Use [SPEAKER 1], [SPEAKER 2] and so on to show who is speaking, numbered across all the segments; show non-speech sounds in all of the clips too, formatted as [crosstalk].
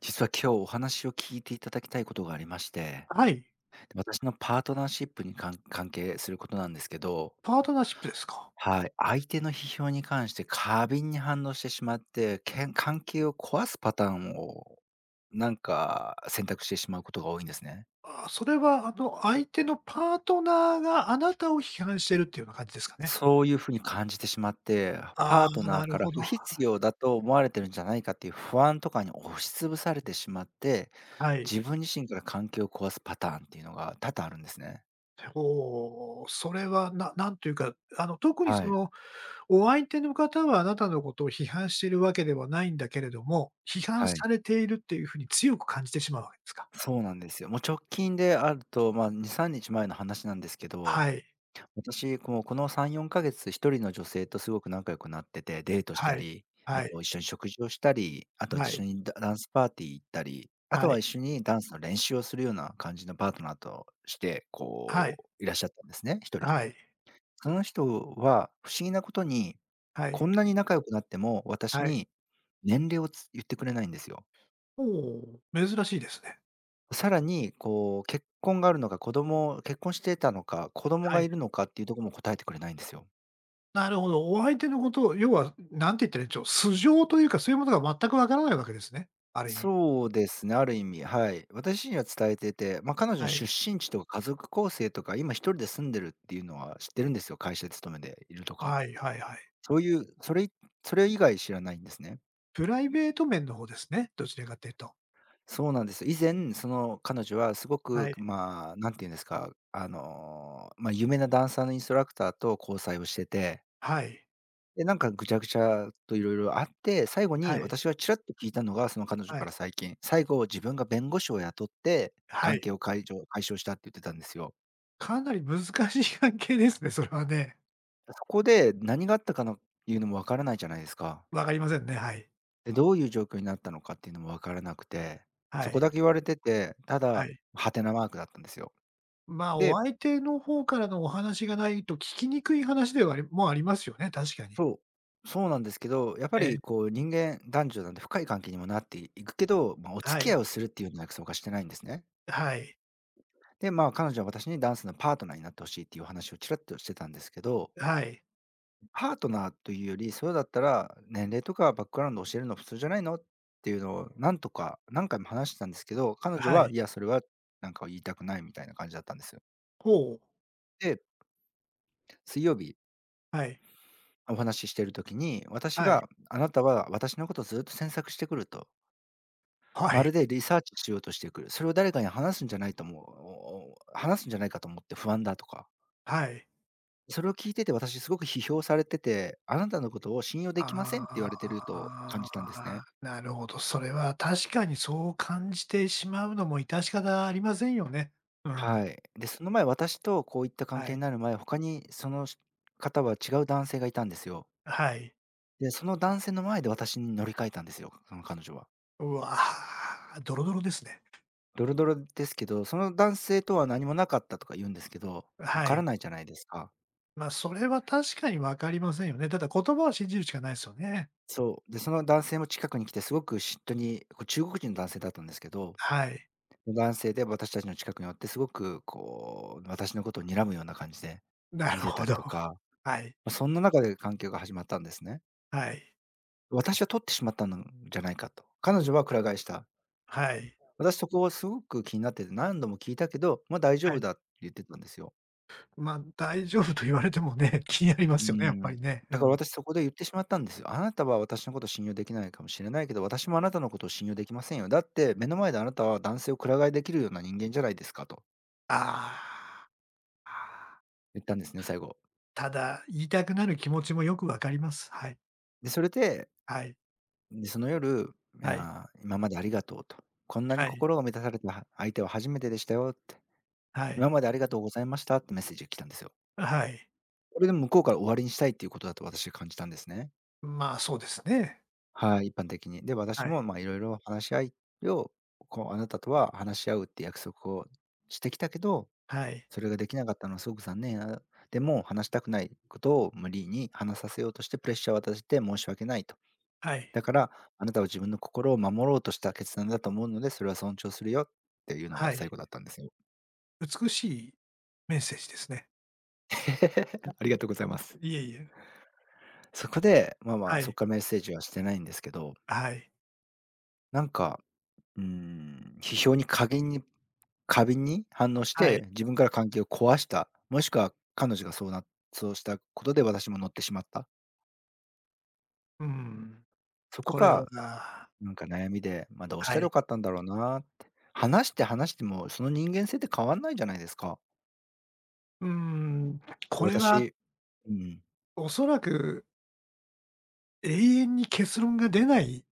[SPEAKER 1] 実は今日お話を聞いていただきたいことがありまして、
[SPEAKER 2] はい、
[SPEAKER 1] 私のパートナーシップに関係することなんですけど。
[SPEAKER 2] パートナーシップですか。
[SPEAKER 1] はい、相手の批評に関して過敏に反応してしまって、関係を壊すパターンを、なんか選択してしまうことが多いんですね。
[SPEAKER 2] あ、それは相手のパートナーがあなたを批判してるっていうような感じですかね。
[SPEAKER 1] そういうふうに感じてしまって、
[SPEAKER 2] あ
[SPEAKER 1] パート
[SPEAKER 2] あ、
[SPEAKER 1] ナ
[SPEAKER 2] な
[SPEAKER 1] ー
[SPEAKER 2] る
[SPEAKER 1] から
[SPEAKER 2] ほど。
[SPEAKER 1] 不必要だと思われてるんじゃないかっていう不安とかに押しつぶされてしまって、
[SPEAKER 2] はい。
[SPEAKER 1] 自分自身から関係を壊すパターンっていうのが多々あるんですね。
[SPEAKER 2] お、それはなんというか、特に
[SPEAKER 1] はい。
[SPEAKER 2] お相手の方はあなたのことを批判しているわけではないんだけれども、批判
[SPEAKER 1] はい。
[SPEAKER 2] されているっていう風に強く感じてしまうわけですか？
[SPEAKER 1] そうなんですよ。もう直近であると、まあ、2、3日前の話なんですけど、
[SPEAKER 2] はい、
[SPEAKER 1] 私、こうこの3、4ヶ月、一人の女性とすごく仲良くなってて、デートした
[SPEAKER 2] はい、
[SPEAKER 1] り、あ
[SPEAKER 2] はい、
[SPEAKER 1] と一緒に食事をしたり、あと
[SPEAKER 2] は
[SPEAKER 1] 一
[SPEAKER 2] い、
[SPEAKER 1] 緒にダンスパーティー行ったり、あ
[SPEAKER 2] は
[SPEAKER 1] と
[SPEAKER 2] い、
[SPEAKER 1] は一緒にダンスの練習をするような感じのパートナーとして、
[SPEAKER 2] はい、
[SPEAKER 1] こういらっしゃったんですね、一人。
[SPEAKER 2] はい、
[SPEAKER 1] その人は不思議なことに、
[SPEAKER 2] は
[SPEAKER 1] こ
[SPEAKER 2] い、
[SPEAKER 1] んなに仲良くなっても、私
[SPEAKER 2] はい。
[SPEAKER 1] に年齢を言ってくれないんですよ。
[SPEAKER 2] おお、珍しいですね。
[SPEAKER 1] さらに、こう、結婚があるのか、子供結婚してたのか、子供
[SPEAKER 2] は
[SPEAKER 1] が
[SPEAKER 2] い。
[SPEAKER 1] いるのかっていうところも答えてくれないんですよ。
[SPEAKER 2] なるほど。お相手のことを、要は、なんて言ったらいいんでしょう、素性というか、そういうものが全くわからないわけですね。ある意味。
[SPEAKER 1] そうですね、ある意味、はい。私には伝えてて、まあ、彼女の
[SPEAKER 2] は
[SPEAKER 1] 出
[SPEAKER 2] い。
[SPEAKER 1] 身地とか家族構成とか、今一人で住んでるっていうのは知ってるんですよ、会社勤めでいるとか。
[SPEAKER 2] はいはいはい。
[SPEAKER 1] そういう、それ以外知らないんですね。
[SPEAKER 2] プライベート面の方ですね。どちらかというと。
[SPEAKER 1] そうなんです。以前、その彼女はすご
[SPEAKER 2] は
[SPEAKER 1] く、
[SPEAKER 2] い。
[SPEAKER 1] まあ、なんていうんですか、あの、まあ、有名なダンサーのインストラクターと交際をしてて、
[SPEAKER 2] はい。
[SPEAKER 1] で、なんかぐちゃぐちゃと色々あって、最後
[SPEAKER 2] は
[SPEAKER 1] に
[SPEAKER 2] い。
[SPEAKER 1] 私はちらっと聞いたのが、その彼女
[SPEAKER 2] は
[SPEAKER 1] か
[SPEAKER 2] い。
[SPEAKER 1] ら最近、最後自分が弁護士を雇って、
[SPEAKER 2] は
[SPEAKER 1] 関
[SPEAKER 2] い。
[SPEAKER 1] 係を解消したって言ってたんですよ。
[SPEAKER 2] かなり難しい関係ですね、それはね。
[SPEAKER 1] そこで何があったかのいうのもわからないじゃないですか。
[SPEAKER 2] わかりませんね。はい。
[SPEAKER 1] で、どういう状況になったのかっていうのもわからなくて、
[SPEAKER 2] は
[SPEAKER 1] そこ
[SPEAKER 2] い。
[SPEAKER 1] だけ言われてて、た
[SPEAKER 2] は
[SPEAKER 1] だ、
[SPEAKER 2] い。
[SPEAKER 1] ハテナマークだったんですよ。
[SPEAKER 2] まあ、お
[SPEAKER 1] で、
[SPEAKER 2] 相手の方からのお話がないと聞きにくい話ではもうありますよね、確かに。
[SPEAKER 1] そう、そうなんですけど、やっぱ
[SPEAKER 2] え
[SPEAKER 1] り
[SPEAKER 2] え。
[SPEAKER 1] こう人間、男女なんで深い関係にもなっていくけど、まあ、お付
[SPEAKER 2] は
[SPEAKER 1] き合
[SPEAKER 2] い。
[SPEAKER 1] いをするっていうような約束はしてないんですね。
[SPEAKER 2] はい。
[SPEAKER 1] で、まあ、彼女は私にダンスのパートナーになってほしいっていうお話をちらっとしてたんですけど、
[SPEAKER 2] はい。
[SPEAKER 1] パートナーというより、それだったら年齢とかバックグラウンド教えるの普通じゃないのっていうのをなんとか何回も話してたんですけど、彼女
[SPEAKER 2] は
[SPEAKER 1] は
[SPEAKER 2] い。
[SPEAKER 1] いや、それはなんか言いたくないみたいな感じだったんですよ。
[SPEAKER 2] ほう。
[SPEAKER 1] で、水曜日
[SPEAKER 2] はい。
[SPEAKER 1] お話ししてる時に、私
[SPEAKER 2] はい。
[SPEAKER 1] があなたは私のことをずっと詮索してくると、
[SPEAKER 2] は
[SPEAKER 1] ま
[SPEAKER 2] い。
[SPEAKER 1] るでリサーチしようとしてくる。それを誰かに話すんじゃないと思う、おお話すんじゃないかと思って不安だとか、
[SPEAKER 2] はい。
[SPEAKER 1] それを聞いてて、私すごく批評されてて、あなたのことを信用できませんって言
[SPEAKER 2] あ
[SPEAKER 1] われてると感じたんです
[SPEAKER 2] あ、
[SPEAKER 1] ね。
[SPEAKER 2] なるほど。それは確かにそう感じてしまうのも致し方ありませんよね。うん。
[SPEAKER 1] はい。で、その前、私とこういった関
[SPEAKER 2] は
[SPEAKER 1] 係に
[SPEAKER 2] い。
[SPEAKER 1] なる前、他に方は違う男性がいたんですよ。
[SPEAKER 2] はい。
[SPEAKER 1] で、その男性の前で私に乗り換えたんですよ、その彼女は。
[SPEAKER 2] うわ、ドロドロですね。
[SPEAKER 1] ドロドロですけど、その男性とは何もなかったとか言うんですけど、わ
[SPEAKER 2] は
[SPEAKER 1] から
[SPEAKER 2] い。
[SPEAKER 1] ないじゃないですか。
[SPEAKER 2] ま、それは確かに分かりませんよね。ただ言葉を信じるしかないすよね。
[SPEAKER 1] そう。で、その男性も近くに来て、すごく嫉妬に、こう中国人の男性だったんですけど、
[SPEAKER 2] はい。
[SPEAKER 1] 男性で私たちの近くにおって、すごくこう、私のことを睨むような感じで
[SPEAKER 2] な
[SPEAKER 1] 見
[SPEAKER 2] る
[SPEAKER 1] せた
[SPEAKER 2] ほ
[SPEAKER 1] り
[SPEAKER 2] ど。
[SPEAKER 1] とか、
[SPEAKER 2] はい。
[SPEAKER 1] ま、そんな中で関係が始まったんですね。
[SPEAKER 2] はい。
[SPEAKER 1] 私は取ってしまったのじゃないかと。彼女はくら替えした。
[SPEAKER 2] はい。
[SPEAKER 1] 私そこはすごく気になってて、何度も聞いたけど、ま、大丈
[SPEAKER 2] は
[SPEAKER 1] 夫
[SPEAKER 2] い。
[SPEAKER 1] だって言ってたんですよ。
[SPEAKER 2] ま、大丈夫と言われてもね、気になりま
[SPEAKER 1] うー
[SPEAKER 2] すよね、やっぱ
[SPEAKER 1] ん。
[SPEAKER 2] りね。う
[SPEAKER 1] だから
[SPEAKER 2] ん。
[SPEAKER 1] 私そこで言ってしまったんですよ。あなたは私のこと信用できないかもしれないけど、私もあなたのことを信用できませんよ。だって目の前であなたは男性をくら替えできるような人間じゃないですかと
[SPEAKER 2] ああ。ああ。
[SPEAKER 1] 言ったんですね、最後。
[SPEAKER 2] ただ、言いたくなる気持ちもよくわかります。はい。
[SPEAKER 1] で、それで
[SPEAKER 2] はい。
[SPEAKER 1] で、その夜、い
[SPEAKER 2] はい。
[SPEAKER 1] や、今までありがとうと。こんなに
[SPEAKER 2] はい。
[SPEAKER 1] 心が満たされた相手は初めてでしたよって。
[SPEAKER 2] は
[SPEAKER 1] 今
[SPEAKER 2] い。
[SPEAKER 1] までありがとうございましたってメッセージが来たんですよ。
[SPEAKER 2] はい。
[SPEAKER 1] これでも向こうから終わりにしたいっていうことだと私は感じたんですね。
[SPEAKER 2] まあ、そうですね。
[SPEAKER 1] はい、一般的に。で、私
[SPEAKER 2] は
[SPEAKER 1] も
[SPEAKER 2] い。
[SPEAKER 1] まあいろいろ話し合いを、こうあなたとは話し合うって約束をしてきたけど、
[SPEAKER 2] はい。
[SPEAKER 1] それができなかったのはすごく残念や。でも話したくないことを無理に話させようとしてプレッシャーを渡して申し訳ないと。
[SPEAKER 2] はい。
[SPEAKER 1] だから、あなたは自分の心を守ろうとした決断だと思うので、それは尊重するよっていうのが
[SPEAKER 2] は
[SPEAKER 1] 最
[SPEAKER 2] い。
[SPEAKER 1] 後だったんですよ。
[SPEAKER 2] 美しいメッセージですね。
[SPEAKER 1] [laughs] ありがとうございます。
[SPEAKER 2] いえいえ。
[SPEAKER 1] そこで、まあま
[SPEAKER 2] は
[SPEAKER 1] あ、そこ
[SPEAKER 2] い。
[SPEAKER 1] からメッセージはしてないんですけど、
[SPEAKER 2] はい。
[SPEAKER 1] なんか、うーん、批評に過敏に反応し
[SPEAKER 2] はい。
[SPEAKER 1] て、自分から関係を壊した、もしくは彼女がそうなそうしたことで私も乗ってしまった。
[SPEAKER 2] うん。
[SPEAKER 1] そこ
[SPEAKER 2] これ
[SPEAKER 1] が、
[SPEAKER 2] は。
[SPEAKER 1] なんか悩みで、ま、どうし
[SPEAKER 2] は
[SPEAKER 1] たらよ
[SPEAKER 2] い。
[SPEAKER 1] かったんだろうなって。話しても、その人間性って変わんないじゃないですか。
[SPEAKER 2] うん、
[SPEAKER 1] で、
[SPEAKER 2] これは
[SPEAKER 1] 私うん。
[SPEAKER 2] おそらく永遠に結論が出ない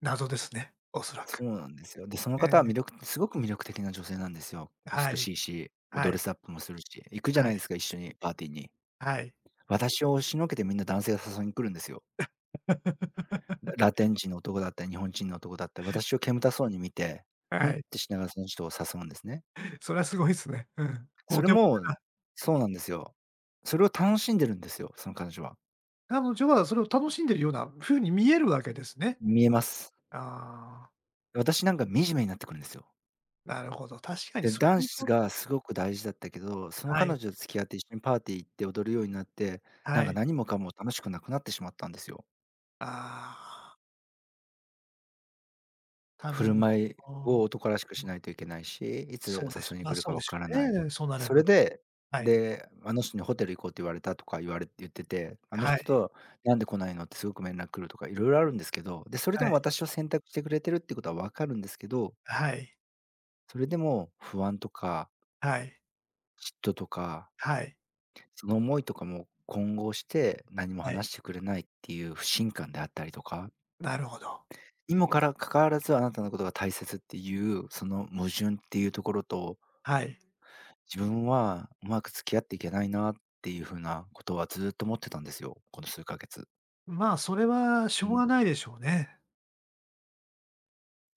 [SPEAKER 2] 謎ですね、おそら
[SPEAKER 1] そう
[SPEAKER 2] く。
[SPEAKER 1] なんですよ。で、その
[SPEAKER 2] ええ、
[SPEAKER 1] 方はすごく魅力的な女性なんですよ。
[SPEAKER 2] は
[SPEAKER 1] 美
[SPEAKER 2] い。
[SPEAKER 1] しいし、
[SPEAKER 2] は
[SPEAKER 1] ドレ
[SPEAKER 2] い。
[SPEAKER 1] スアップもするし、行くじゃ
[SPEAKER 2] は
[SPEAKER 1] な
[SPEAKER 2] い。
[SPEAKER 1] いですか、一緒にパーティーに。
[SPEAKER 2] はい。
[SPEAKER 1] 私を押しのけてみんな男性が誘いに来るんですよ。ラ
[SPEAKER 2] [laughs]
[SPEAKER 1] テン人の男だったり、日本人の男だったり、私を煙たそうに見て、ふん
[SPEAKER 2] は
[SPEAKER 1] っ
[SPEAKER 2] い。
[SPEAKER 1] てしながらその人を誘うんですね。
[SPEAKER 2] それはすごいですね。うん。
[SPEAKER 1] そ
[SPEAKER 2] モ
[SPEAKER 1] れ
[SPEAKER 2] テモテ
[SPEAKER 1] も
[SPEAKER 2] だ。
[SPEAKER 1] そうなんですよ。それを楽しんでるんですよ、その彼女は。
[SPEAKER 2] 彼女はそれを楽しんでるような風に見えるわけですね。
[SPEAKER 1] 見えます。
[SPEAKER 2] ああ、
[SPEAKER 1] 私なんか惨めになってくるんですよ。
[SPEAKER 2] なるほど。確かに [laughs]
[SPEAKER 1] で、
[SPEAKER 2] そ
[SPEAKER 1] ダ
[SPEAKER 2] う
[SPEAKER 1] ン
[SPEAKER 2] いう
[SPEAKER 1] ス
[SPEAKER 2] 状態。
[SPEAKER 1] がすごく大事だったけど、その
[SPEAKER 2] は
[SPEAKER 1] 彼
[SPEAKER 2] い、
[SPEAKER 1] 女と付き合って一緒にパーティー行って踊るようになって、な
[SPEAKER 2] は
[SPEAKER 1] んか
[SPEAKER 2] い。
[SPEAKER 1] 何もかも楽しくなくなってしまったんですよ。
[SPEAKER 2] ああ、多
[SPEAKER 1] 振
[SPEAKER 2] 分、
[SPEAKER 1] る舞い
[SPEAKER 2] うん、
[SPEAKER 1] を男らしくしないといけないし、い
[SPEAKER 2] そ
[SPEAKER 1] つ
[SPEAKER 2] うでし
[SPEAKER 1] 誘いに
[SPEAKER 2] まあ、
[SPEAKER 1] 来る
[SPEAKER 2] そ
[SPEAKER 1] か
[SPEAKER 2] うで
[SPEAKER 1] わ
[SPEAKER 2] しょ
[SPEAKER 1] からない。
[SPEAKER 2] うね、そうなれ
[SPEAKER 1] そ
[SPEAKER 2] ば
[SPEAKER 1] れ
[SPEAKER 2] ね。
[SPEAKER 1] で、
[SPEAKER 2] はい。
[SPEAKER 1] で、あの人にホテル行こうって言われたとか言われ言ってて、あの
[SPEAKER 2] はい、
[SPEAKER 1] 人となんで来ないのってすごく連絡来るとか、いろいろあるんですけど、で、それで
[SPEAKER 2] はい、
[SPEAKER 1] も私を選択してくれてるってことはわかるんですけど、
[SPEAKER 2] はい、
[SPEAKER 1] それでも不安とか
[SPEAKER 2] はい、
[SPEAKER 1] 嫉妬とか
[SPEAKER 2] はい、
[SPEAKER 1] その思いとかも混合して、何も
[SPEAKER 2] はい。
[SPEAKER 1] 話してくれないっていう不信感であったりとか、
[SPEAKER 2] なるほど。
[SPEAKER 1] にもかわらずあなたのことが大切っていう、その矛盾っていうところと、
[SPEAKER 2] はい。
[SPEAKER 1] 自分はうまく付き合っていけないなっていう風なことはずっと思ってたんですよ、この数ヶ月。
[SPEAKER 2] まあ、それはし
[SPEAKER 1] う
[SPEAKER 2] ょう
[SPEAKER 1] ん、
[SPEAKER 2] がないでしょうね。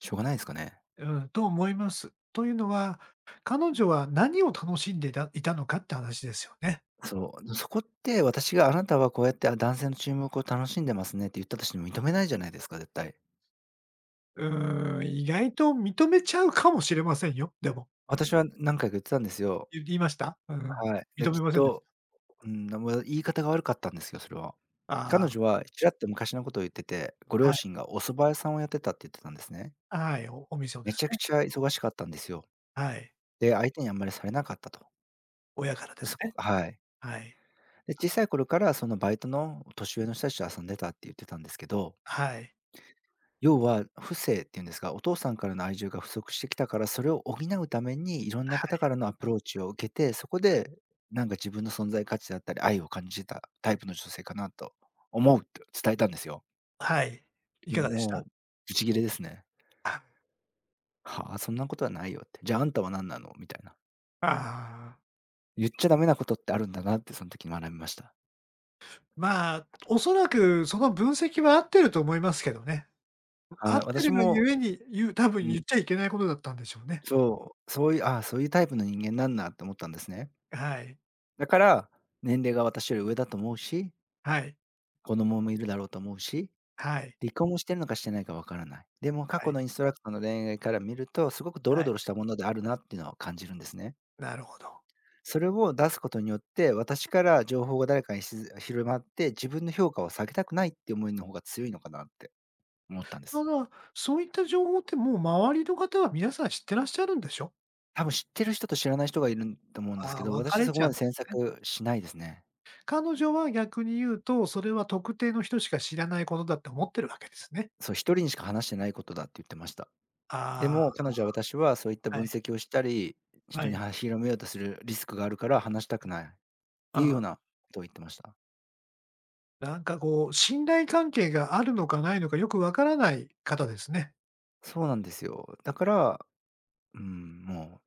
[SPEAKER 1] しょうがないですかね。
[SPEAKER 2] うん、と思います。というのは、彼女は何を楽しんでいたのかって話ですよね。
[SPEAKER 1] そう、そこって私があなたはこうやって男性の注目を楽しんでますねって言ったとしても認めないじゃないですか、絶対。
[SPEAKER 2] うーん、意外と認めちゃうかもしれませんよ、でも。
[SPEAKER 1] 私は何回か言ってたんですよ。
[SPEAKER 2] 言いました？うんうん。
[SPEAKER 1] はい。で、
[SPEAKER 2] 認
[SPEAKER 1] き
[SPEAKER 2] め
[SPEAKER 1] っ
[SPEAKER 2] ませんでし
[SPEAKER 1] と
[SPEAKER 2] た？
[SPEAKER 1] うん、言い方が悪かったんですよ、それは。彼女
[SPEAKER 2] あ
[SPEAKER 1] はちらっと昔のことを言ってて、ご
[SPEAKER 2] あ、
[SPEAKER 1] 両
[SPEAKER 2] はい。
[SPEAKER 1] 親がお蕎麦屋さんをやってたって言ってたんですね。
[SPEAKER 2] はい、お店をで
[SPEAKER 1] め
[SPEAKER 2] す
[SPEAKER 1] ちゃく
[SPEAKER 2] ね。
[SPEAKER 1] ちゃ忙しかったんですよ。
[SPEAKER 2] はい。
[SPEAKER 1] で、相手にあんまりされなかったと。
[SPEAKER 2] 親からで
[SPEAKER 1] で、
[SPEAKER 2] す
[SPEAKER 1] そこ
[SPEAKER 2] ね。
[SPEAKER 1] はい。
[SPEAKER 2] はい。
[SPEAKER 1] で、小さい頃からそのバイトの年上の人たちと遊んでたって言ってたんですけど、
[SPEAKER 2] はい。
[SPEAKER 1] 要は不正っていうんですが、お父さんからの愛情が不足してきたから、それを補うためにいろんな方からのアプローチを受けて、そこでなんか自分の存在価値だったり、愛を感じてたタイプの女性かなと思うって伝えたんですよ。
[SPEAKER 2] はい。いかがでした？
[SPEAKER 1] もう、ブチギレですね。
[SPEAKER 2] あ、
[SPEAKER 1] はあ、そんなことはないよって。じゃあ、あんたは何なのみたいな。
[SPEAKER 2] ああ。
[SPEAKER 1] 言っちゃダメなことってあるんだなって、その時に学びました。
[SPEAKER 2] まあ、おそらくその分析は合ってると思いますけどね。合
[SPEAKER 1] は
[SPEAKER 2] っ
[SPEAKER 1] い、
[SPEAKER 2] て
[SPEAKER 1] 私
[SPEAKER 2] るが
[SPEAKER 1] も、
[SPEAKER 2] ゆえに、多
[SPEAKER 1] う
[SPEAKER 2] 分
[SPEAKER 1] ん、
[SPEAKER 2] 言っちゃいけないことだったんでしょうね。
[SPEAKER 1] そう、そういう、ああ、そういうタイプの人間なんだって思ったんですね。
[SPEAKER 2] はい。
[SPEAKER 1] だから、年齢が私より上だと思うし、
[SPEAKER 2] はい。
[SPEAKER 1] 子供もいるだろうと思うし、
[SPEAKER 2] はい。
[SPEAKER 1] 離婚をしてるのかしてないかわからない。でも過
[SPEAKER 2] は
[SPEAKER 1] 去
[SPEAKER 2] い。
[SPEAKER 1] のインストラクターの恋愛から見ると、すごくド
[SPEAKER 2] は
[SPEAKER 1] ロ
[SPEAKER 2] い。
[SPEAKER 1] ドロしたものであるなっていうのを感じるんですね。
[SPEAKER 2] なるほど。
[SPEAKER 1] それを出すことによって、私から情報が誰かにしず広まって、自分の評価を下げたくないって思いの方が強いのかなって思ったんで
[SPEAKER 2] た
[SPEAKER 1] す。
[SPEAKER 2] だ、そういった情報ってもう周りの方は皆さん知ってらっしゃるんでしょ？
[SPEAKER 1] 多分知ってる人と知らない人がいるんと思うんです
[SPEAKER 2] あ
[SPEAKER 1] け
[SPEAKER 2] あ、
[SPEAKER 1] ど、
[SPEAKER 2] 分か
[SPEAKER 1] 私は
[SPEAKER 2] れ
[SPEAKER 1] そこ
[SPEAKER 2] ちゃ
[SPEAKER 1] ま
[SPEAKER 2] うん
[SPEAKER 1] で
[SPEAKER 2] で
[SPEAKER 1] 詮
[SPEAKER 2] すね。
[SPEAKER 1] 索しないですね。
[SPEAKER 2] 彼女は逆に言うと、それは特定の人しか知らないことだって思ってるわけですね。
[SPEAKER 1] そう、一人にしか話してないことだって言ってました。で
[SPEAKER 2] あ
[SPEAKER 1] も、彼女は私はそういった
[SPEAKER 2] あ、は
[SPEAKER 1] 分
[SPEAKER 2] い、
[SPEAKER 1] 析をしたり、
[SPEAKER 2] は
[SPEAKER 1] 人に
[SPEAKER 2] い。
[SPEAKER 1] は広めようとするリスクがあるから話したくないっていうよう
[SPEAKER 2] あ
[SPEAKER 1] なことを言ってました。
[SPEAKER 2] あ、なんかこう、信頼関係があるのかないのかよくわからない方ですね。
[SPEAKER 1] そうなんですよ。だから、うん、も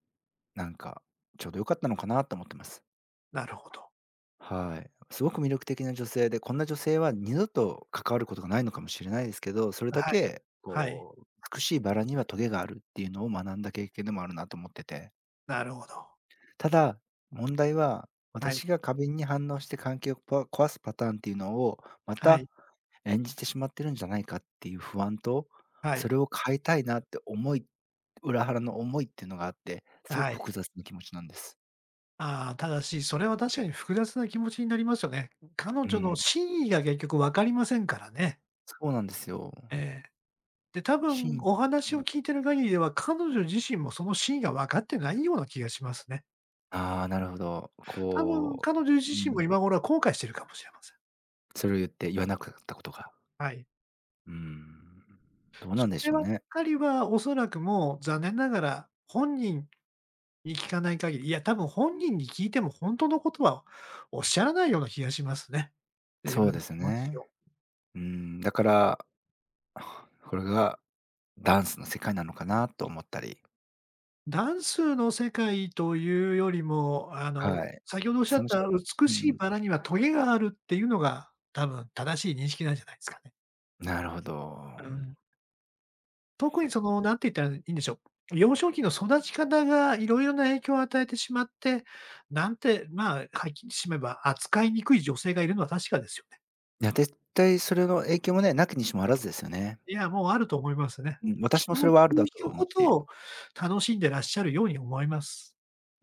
[SPEAKER 1] うなんかちょうど良かったのかなと思ってます。
[SPEAKER 2] なるほど。
[SPEAKER 1] はい。すごく魅力的な女性で、こんな女性は二度と関わることがないのかもしれないですけど、それだ
[SPEAKER 2] はい。
[SPEAKER 1] け
[SPEAKER 2] はい、
[SPEAKER 1] こう、美しいバラにはトゲがあるっていうのを学んだ経験でもあるなと思ってて。
[SPEAKER 2] なるほど。
[SPEAKER 1] ただ、問題は、
[SPEAKER 2] はい、
[SPEAKER 1] 私が過敏に反応して関係を壊すパターンっていうのを、ま
[SPEAKER 2] はい、
[SPEAKER 1] た演じてしまってるんじゃないかっていう不安と、
[SPEAKER 2] は
[SPEAKER 1] そ
[SPEAKER 2] い、
[SPEAKER 1] れを変えたいなって思い裏腹の思いっていうのがあって、すご
[SPEAKER 2] は
[SPEAKER 1] く
[SPEAKER 2] い。
[SPEAKER 1] 複雑な気持ちなんです。
[SPEAKER 2] ああ、ただし、それは確かに複雑な気持ちになりますよね。彼
[SPEAKER 1] う
[SPEAKER 2] 女の
[SPEAKER 1] ん、
[SPEAKER 2] 真意が結局わかりませんからね。
[SPEAKER 1] そうなんですよ。
[SPEAKER 2] ええ。で、多
[SPEAKER 1] し
[SPEAKER 2] 分
[SPEAKER 1] ん
[SPEAKER 2] お話を聞いてる限りでは、彼女自身もその真意が分かってないような気がしますね。
[SPEAKER 1] ああ、なるほど。
[SPEAKER 2] 多分
[SPEAKER 1] こ
[SPEAKER 2] 彼女自
[SPEAKER 1] う、う
[SPEAKER 2] 身
[SPEAKER 1] ん、
[SPEAKER 2] も今頃は後悔してるかもしれません。
[SPEAKER 1] それを言って言わなかったことが。
[SPEAKER 2] はい。
[SPEAKER 1] うーん。どうな
[SPEAKER 2] そ
[SPEAKER 1] んで
[SPEAKER 2] れ
[SPEAKER 1] しょう
[SPEAKER 2] ばっ
[SPEAKER 1] ね。
[SPEAKER 2] かりはおそらくもう残念ながら本人に聞かない限り、いや多分本人に聞いても本当のことはおっしゃらないような気がしますね。自
[SPEAKER 1] そう
[SPEAKER 2] 分
[SPEAKER 1] で
[SPEAKER 2] の
[SPEAKER 1] す
[SPEAKER 2] 気持ち
[SPEAKER 1] ね。
[SPEAKER 2] を。
[SPEAKER 1] うん、だから、これがダンスの世界なのかなと思ったり。
[SPEAKER 2] ダンスの世界というよりも、
[SPEAKER 1] はい。
[SPEAKER 2] 先ほどおっしゃっ
[SPEAKER 1] その
[SPEAKER 2] た
[SPEAKER 1] 人
[SPEAKER 2] 美
[SPEAKER 1] う
[SPEAKER 2] しい
[SPEAKER 1] ん、
[SPEAKER 2] バラにはトゲがあるっていうのが、多分正しい認識なんじゃないですかね。
[SPEAKER 1] なるほど。
[SPEAKER 2] うん。特になんて言ったらいいんでしょう、幼少期の育ち方がいろいろな影響を与えてしまって、なんて、まあ、はっきり言ってしまえば、扱いにくい女性がいるのは確かですよね。
[SPEAKER 1] いや、絶対それの影響もね、なきにしもあらずですよね。
[SPEAKER 2] いや、もうあると思いますね。
[SPEAKER 1] うん、私も
[SPEAKER 2] 人
[SPEAKER 1] そ
[SPEAKER 2] の
[SPEAKER 1] れはあ
[SPEAKER 2] 気
[SPEAKER 1] る
[SPEAKER 2] を
[SPEAKER 1] だと
[SPEAKER 2] 引く
[SPEAKER 1] 思
[SPEAKER 2] こ
[SPEAKER 1] う
[SPEAKER 2] と
[SPEAKER 1] し。
[SPEAKER 2] を楽しんでらっしゃるように思います。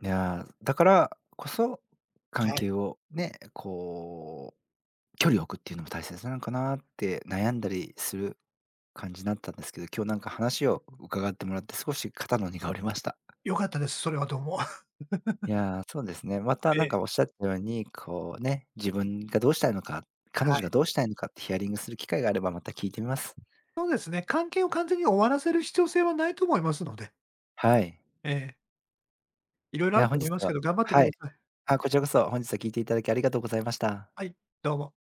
[SPEAKER 1] いやー、だからこそ、関
[SPEAKER 2] はい。
[SPEAKER 1] 係をね、こう距離を置くっていうのも大切なのかなって悩んだりする感じになったんですけど、今日なんか話を伺ってもらって少し肩の荷が下りました。
[SPEAKER 2] 良かったです。それはどうも。[laughs]
[SPEAKER 1] いやー、そうですね。また
[SPEAKER 2] え
[SPEAKER 1] な
[SPEAKER 2] え。
[SPEAKER 1] んかおっしゃったように、こうね、自分がどうしたいのか、彼
[SPEAKER 2] は
[SPEAKER 1] 女
[SPEAKER 2] い。
[SPEAKER 1] がどうしたいのかってヒアリングする機会があればまた聞いてみます。
[SPEAKER 2] そうですね、関係を完全に終わらせる必要性はないと思いますので、
[SPEAKER 1] はい。
[SPEAKER 2] ええ、いろいろ
[SPEAKER 1] い
[SPEAKER 2] ある
[SPEAKER 1] や、
[SPEAKER 2] と
[SPEAKER 1] 本
[SPEAKER 2] 思
[SPEAKER 1] 日
[SPEAKER 2] いますけ
[SPEAKER 1] は
[SPEAKER 2] ど、頑張ってく
[SPEAKER 1] は
[SPEAKER 2] だ
[SPEAKER 1] い。
[SPEAKER 2] さい。
[SPEAKER 1] あ、こちらこそ本日は聞いていただきありがとうございました。
[SPEAKER 2] はい、どうも。